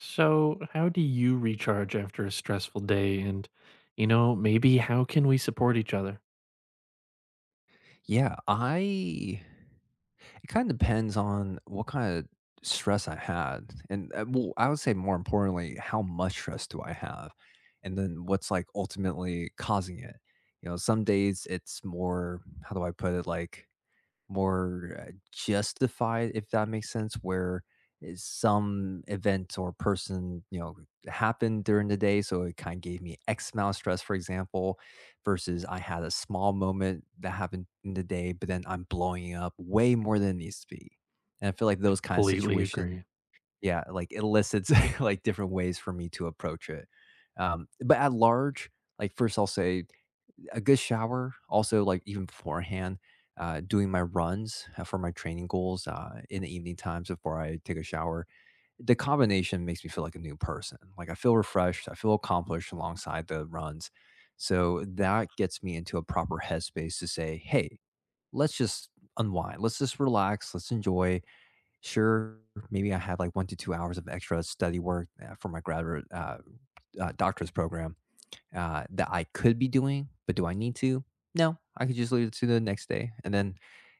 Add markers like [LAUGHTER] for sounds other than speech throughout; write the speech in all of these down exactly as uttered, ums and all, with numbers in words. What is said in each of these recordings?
So, how do you recharge after a stressful day? And, you know, maybe how can we support each other? Yeah, I it kinda depends on what kinda stress I had, and, uh, well, I would say more importantly, how much stress do I have, and then what's, like, ultimately causing it. You know, some days it's more, how do I put it? Like more uh, justified, if that makes sense, where is some event or person, you know, happened during the day. So it kind of gave me X amount of stress, for example, versus I had a small moment that happened in the day, but then I'm blowing up way more than it needs to be. And I feel like those kind of Completely situations, agree. yeah, like elicits [LAUGHS] like different ways for me to approach it. Um, but at large, like first I'll say a good shower, also, like, even beforehand, uh, doing my runs, uh, for my training goals, uh, in the evening times before I take a shower. The combination makes me feel like a new person. Like, I feel refreshed, I feel accomplished alongside the runs. So that gets me into a proper headspace to say, "Hey, let's just unwind. Let's just relax. Let's enjoy." Sure, maybe I had, like, one to two hours of extra study work, uh, for my graduate, uh, uh, doctor's program, uh, that I could be doing, but do I need to? No, I could just leave it to the next day, and then,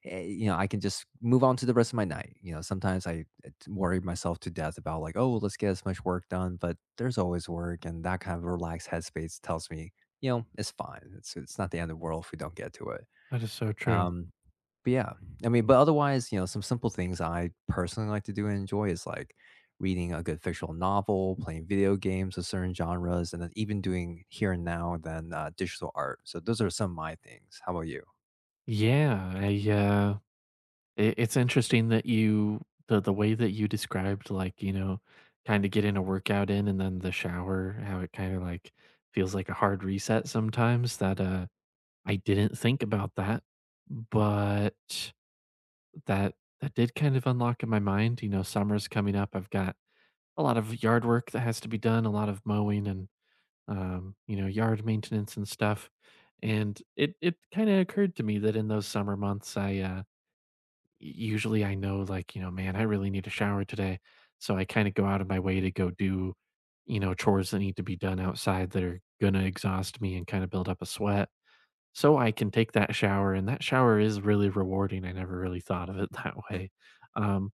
eh, you know, I can just move on to the rest of my night. You know, sometimes I eh, worry myself to death about, like, oh, let's get as much work done, but there's always work, and that kind of relaxed headspace tells me, you know, it's fine. It's it's not the end of the world if we don't get to it. That is so true. Um, but yeah, I mean, but otherwise, you know, some simple things I personally like to do and enjoy is like reading a good fictional novel, playing video games of certain genres, and then even doing here and now and then uh, digital art. So those are some of my things. How about you? Yeah, I, uh, it, it's interesting that you the the way that you described, like you know, kind of getting a workout in and then the shower, how it kind of like feels like a hard reset sometimes. That uh, I didn't think about that, but that that did kind of unlock in my mind. You know, summer's coming up. I've got a lot of yard work that has to be done, a lot of mowing and, um, you know, yard maintenance and stuff. And it it kind of occurred to me that in those summer months, I uh, usually I know like you know, man, I really need a shower today, so I kind of go out of my way to go do, you know, chores that need to be done outside that are gonna exhaust me and kind of build up a sweat, so I can take that shower. And that shower is really rewarding. I never really thought of it [LAUGHS] that way. Um,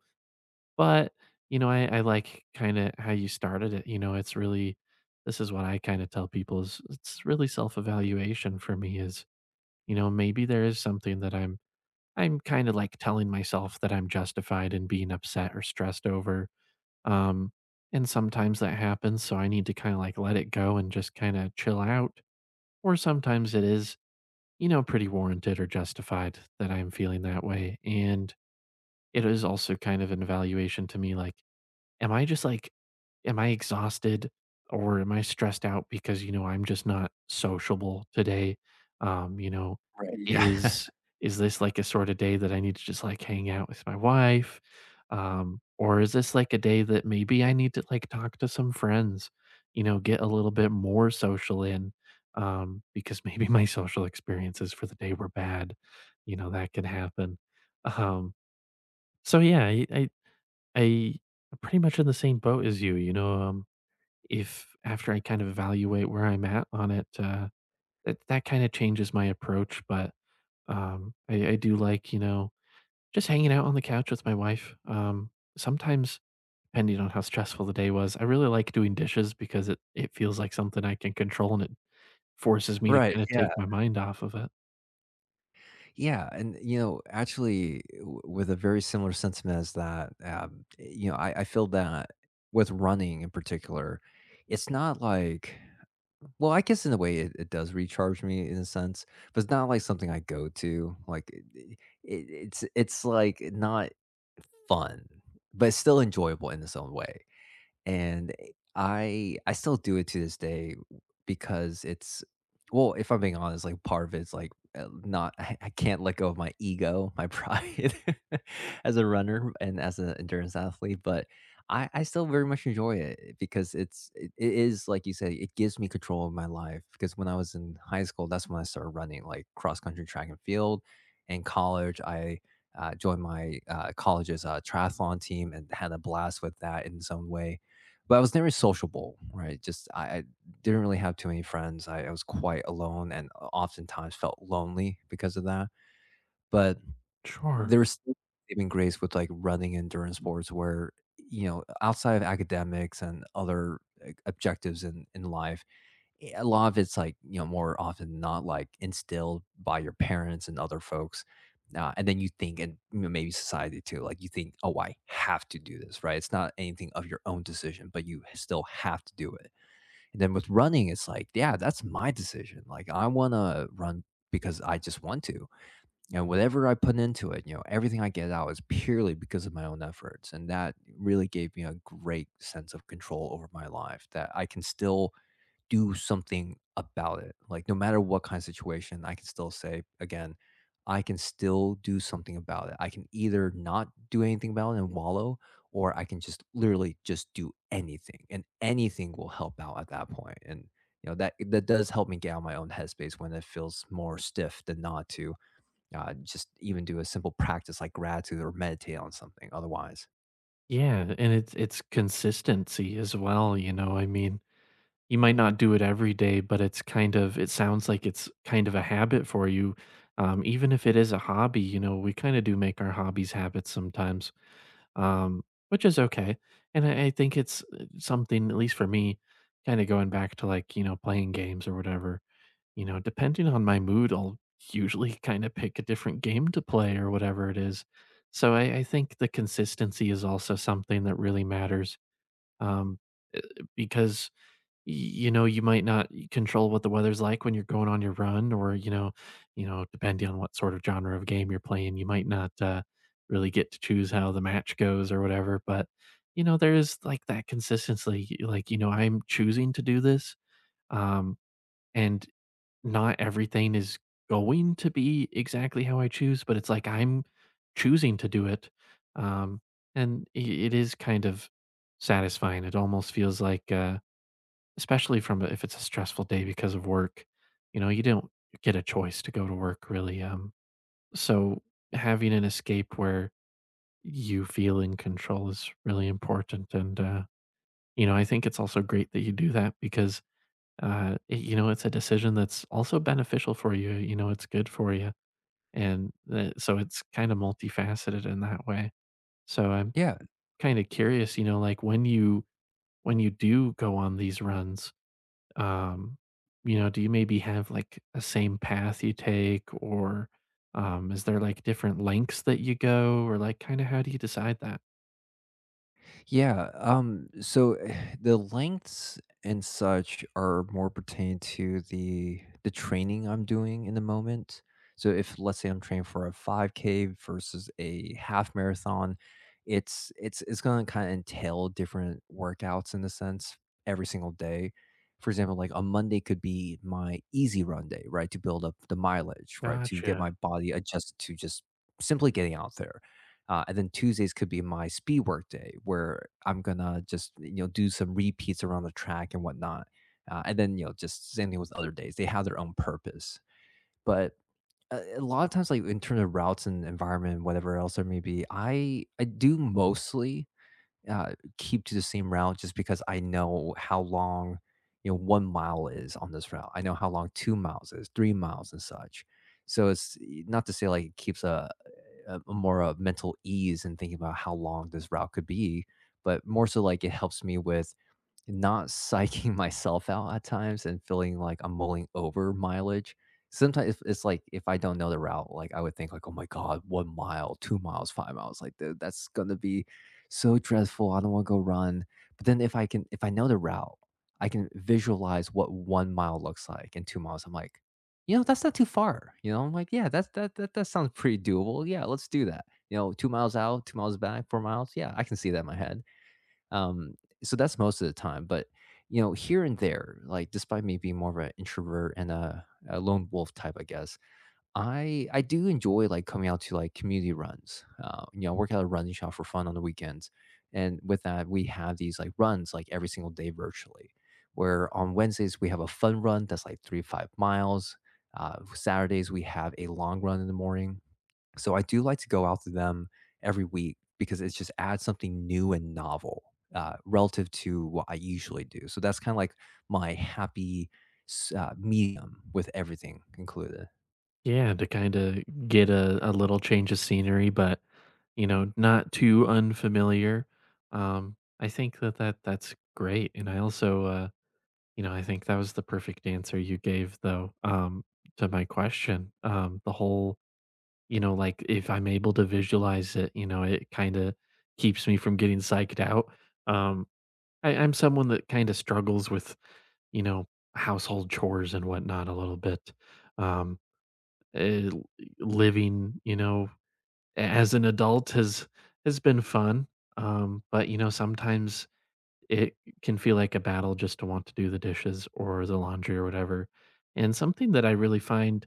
but, you know, I I like kinda how you started it. You know, it's really this is what I kinda tell people, is it's really self-evaluation for me, is, you know, maybe there is something that I'm I'm kinda, like, telling myself that I'm justified in being upset or stressed over, um, and sometimes that happens, so I need to kinda, like, let it go and just kinda chill out, or sometimes it is, you know, pretty warranted or justified that I'm feeling that way, and it is also kind of an evaluation to me, like, am I just like, am I exhausted, or am I stressed out because, you know, I'm just not sociable today? Um, you know, Right. Yeah. [LAUGHS] is is this like a sort of day that I need to just like hang out with my wife? Um, or is this like a day that maybe I need to like talk to some friends, you know, get a little bit more social in, um because maybe my social experiences for the day were bad. You know, that could happen. Um so yeah, I, I I I'm pretty much in the same boat as you, you know, um, if after I kind of evaluate where I'm at on it, uh, that that kind of changes my approach, but, um, I I do like, you know, just hanging out on the couch with my wife, um, sometimes, depending on how stressful the day was, I really like doing dishes because it it feels like something I can control, and it forces me to Right. kinda Yeah. take my mind off of it. Yeah. And, you know, actually, w- with a very similar sentiment as that, um, eh, you know, I, I feel that with running in particular, it's not like, well, I guess in a way it, it does recharge me in a sense, but it's not like something I go to. Like it, it, it's it's like not fun, but it's still enjoyable in its own way. And eh, I I still do it to this day because it's, well, if I'm being honest, like part of it's like uh, not [LAUGHS] I, I can't let go of my ego, my pride [LAUGHS] as a runner and as an endurance athlete, but I, I still very much enjoy it because it's it, it is like you said, it gives me control of my life, because when I was in high school, that's when I started running, like cross country, track and field. In college, I uh, joined my uh, college's uh, triathlon team and had a blast with that in some way, but I was never sociable, right? Just I, I didn't really have too many friends. I, I was quite alone and uh, oftentimes felt lonely because of that. But Sure. there's still saving grace with like running endurance sports where, you know, outside of academics and other, like, objectives in, in life, eh, a lot of it's like, you know, more often than not, like instilled by your parents and other folks. Uh, and then you think, and you know, maybe society too, like you think, oh, I have to do this, right? It's not anything of your own decision, but you still have to do it. And then with running, it's like, yeah, that's my decision. Like, I want to run because I just want to. And whatever I put into it, you know, everything I get out is purely because of my own efforts. And that really gave me a great sense of control over my life, that I can still do something about it. Like, no matter what kind of situation, I can still say, again, I can still do something about it. I can either not do anything about it and wallow, or I can just literally just do anything, and anything will help out at that point. And you know that that does help me get out of my own headspace when it feels more stiff than not, to uh, just even do a simple practice like gratitude or meditate on something. Otherwise, Yeah, and it's it's consistency as well, you know, I mean, you might not do it every day, but it's kind of, it sounds like it's kind of a habit for you. Um, even if it is a hobby, you know, we kind of do make our hobbies habits sometimes, um, which is okay. And I, I think it's uh, something, at least for me, kind of going back to like, you know, playing games or whatever, you know, depending on my mood, I'll usually kind of pick a different game to play or whatever it is. So I, I think the consistency is also something that really matters, um, because y- you know, you might not control what the weather's like when you're going on your run, or you know, you know, depending on what sort of genre of game you're playing, you might not uh, really get to choose how the match goes or whatever. But you know, there's like that consistency, like, you know, I'm choosing to do this. Um and not everything is going to be exactly how I choose, but it's like I'm choosing to do it. Um and i it is kind of satisfying. It almost feels like uh especially from a- if it's a stressful day because of work, you know, you don't get a choice to go to work really, um, so having an escape where you feel in control is really important, and, uh, you know, I think it's also great that you do that because, uh, it you know, it's a decision that's also beneficial for you, you know, it's good for you, and the so it's kinda multifaceted in that way. So I'm yeah. kinda curious, you know, like, when you when you do go on these runs, um, you know, do you maybe have like a same path you take, or um, is there like different lengths that you go, or like kind of how do you decide that? Yeah, um, so [SIGHS] the lengths and such are more pertaining to the the training I'm doing in the moment. So if let's say I'm training for a five K versus a half marathon, it's it's it's gonna kind of entail different workouts in a sense every single day. For example, like a Monday could be my easy run day, right? To build up the mileage, right? To get Gotcha. my body adjusted to just simply getting out there, uh, and then Tuesdays could be my speed work day where I'm gonna just you know do some repeats around the track and whatnot. Uh, and then you know just same thing with other days; they have their own purpose. But a, a lot of times, like in terms of routes and environment, and whatever else there may be, I I do mostly uh, keep to the same route just because I know how long you know one mile is on this route. I know how long two miles is, three miles and such. So it's not to say like it keeps a a, a more uh, mental ease and thinking about how long this route could be, but more so like it helps me with not psyching [LAUGHS] myself out at times and feeling like I'm mulling over mileage. Sometimes if it's like if I don't know the route, like I would think like, "Oh my god, one mile, two miles, five miles," like, "Dude, that's gonna be so dreadful, I don't wanna go run." But then if I can, if I know the route, I can visualize what one mile looks like and two miles, I'm like, "You know, that's not too far," you know, I'm like, "Yeah, that's that that that sounds pretty doable, yeah, let's do that." You know, two miles out, two miles back, four miles, yeah, I can see that in my head. Um, so that's most of the time, but you know, here and there, like despite me being more of an introvert and a, a lone wolf type, I guess, I I do enjoy like coming out to like community runs. Uh, you know, I work at a running shop for fun on the weekends, and with that, we have these like runs like every single day, virtually. Where on Wednesdays we have a fun run that's like three to five miles. Uh, Saturdays we have a long run in the morning, so I do like to go out to them every week because it just adds something new and novel, uh, relative to what I usually do. So that's kind of like my happy s- uh, medium with everything included. Yeah, to kind of get a, a little change of scenery, but you know, not too unfamiliar. Um, I think that, that that's great. And I also, uh, you know, I think that was the perfect answer you gave though, um, to my question. Um, the whole You know, like, if I'm able to visualize it, you know, it kinda keeps me from getting psyched out. Um, I I'm someone that kinda struggles with, you know, household chores and whatnot a little bit. Um, eh, l Living, you know, a as an adult has has been fun, um, but, you know, sometimes it can feel like a battle just to want to do the dishes or the laundry or whatever, and something that I really find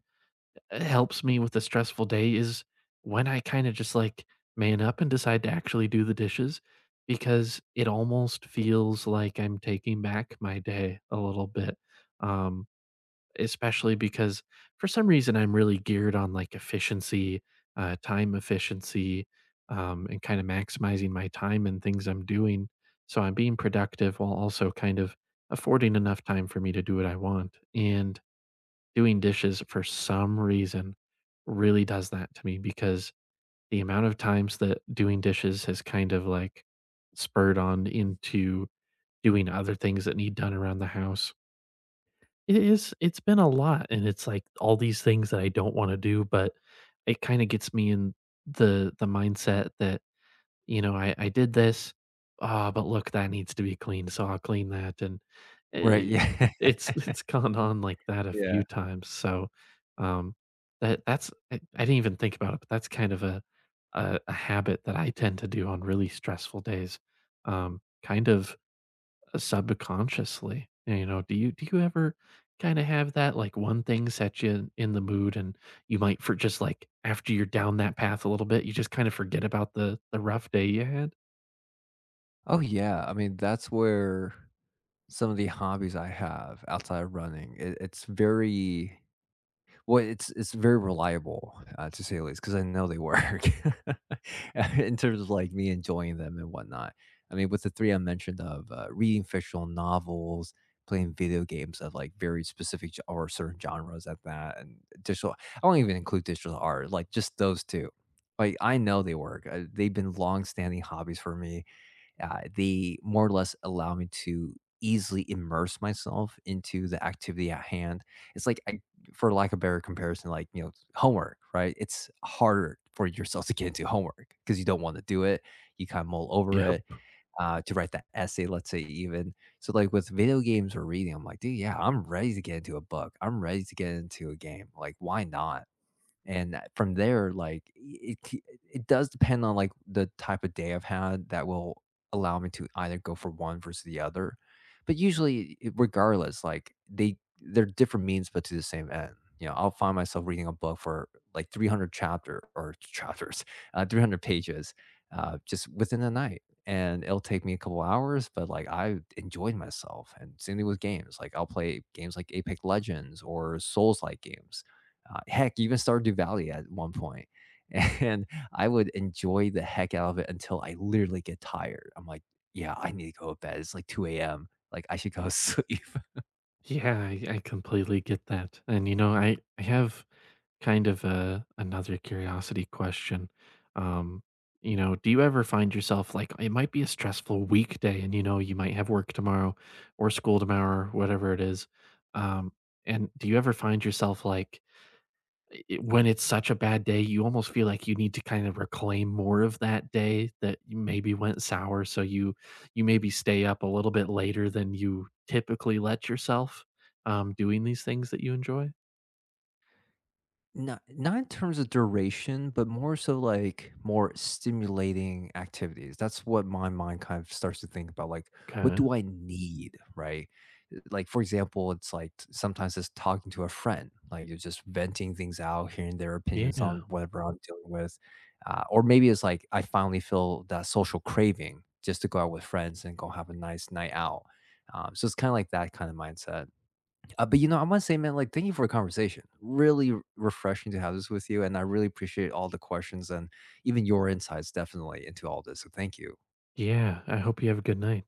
uh, helps me with a stressful day is when I kind of just like man up and decide to actually do the dishes because it almost feels like I'm taking back my day a little bit. Um, especially because for some reason I'm really geared on like efficiency, uh, time efficiency, um, and kind of maximizing my time and things I'm doing. So I'm being productive while also kind of affording enough time for me to do what I want. And doing dishes for some reason really does that to me because the amount of times that doing dishes has kind of like spurred on into doing other things that need done around the house. It is it's been a lot, and it's like all these things that I don't want to do, but it kind of gets me in the the mindset that, you know, I I did this, ah, but look, that needs to be cleaned, so I'll clean that, and, Right. eh, Yeah. [LAUGHS] it's [LAUGHS] it's gone on like that a Yeah. few times, so, um, that that's I I didn't even think about it, but that's kind of a a a habit that I tend to do on really stressful days, um, kind of uh, subconsciously. You know, do you do you ever kinda have that, like, one thing set you in the mood, and you might for just, like, after you're down that path a little bit, you just kinda forget about the the rough day you had? Oh yeah, I mean that's where some of the hobbies I have outside of running. It, it's very Well, it's it's very reliable, uh, to say the least, because I know they work [LAUGHS] in terms of, like, me enjoying them and whatnot. I mean, with the three I mentioned of, uh, reading fictional novels, playing video games of, like, very specific ge or certain genres at that, and digital I won't even include digital art, like, just those two. Like, I know they work, uh, they've been long-standing hobbies for me, uh, they more or less allow me to easily immerse myself into the activity at hand. It's like I, for lack of better comparison, like you know, homework, right? It's harder for yourself to get into homework because you don't want to do it. You kind of mull over it, Yep. uh, to write that essay, let's say even. So like with video games or reading, I'm like, dude, yeah, I'm ready to get into a book. I'm ready to get into a game. Like, why not? And from there, like it ke- it does depend on like the type of day I've had that will allow me to either go for one versus the other. But usually, it- regardless, like they they're different means, but to the same end. You know, I'll find myself reading a book for like three hundred chapter or [LAUGHS] chapters, uh, three hundred pages, uh, just within a night, and it'll take me a couple hours, but like I enjoyed myself. And same thing with games. Like I'll play games like Apex Legends or Souls like games, uh, heck, even Stardew Valley at one point. [LAUGHS] And I would enjoy the heck out of it until I literally get tired. I'm like, yeah, I need to go to bed. It's like two a m. Like I should go [LAUGHS] to sleep. Yeah, I I completely get that, and, you know, I I have kind of a another curiosity question. Um, you know, do you ever find yourself like, it might be a stressful weekday, and you know you might have work tomorrow or school tomorrow or whatever it is. Um, and do you ever find yourself like, i- when it's such a bad day, you almost feel like you need to kind of reclaim more of that day that you maybe went sour, so you you maybe stay up a little bit later than you typically let yourself, um doing these things that you enjoy? Not not in terms of duration, but more so like more stimulating activities. That's what my mind kind of starts to think about, like, Kind what of, do I need, right? Uh, Like for example, it's like t- sometimes it's talking to a friend, like you're just venting things out, hearing their opinions yeah. on whatever I'm dealing with, uh, or maybe it's like I finally feel that social craving just to go out with friends and go have a nice night out. Um, so it's kind of like that kind of mindset. Uh, but, you know, I wanna say, man, like, thank you for the conversation. Really r refreshing to have this with you, and I really appreciate all the questions and even your insights, definitely, into all this, so thank you. Yeah, I hope you have a good night.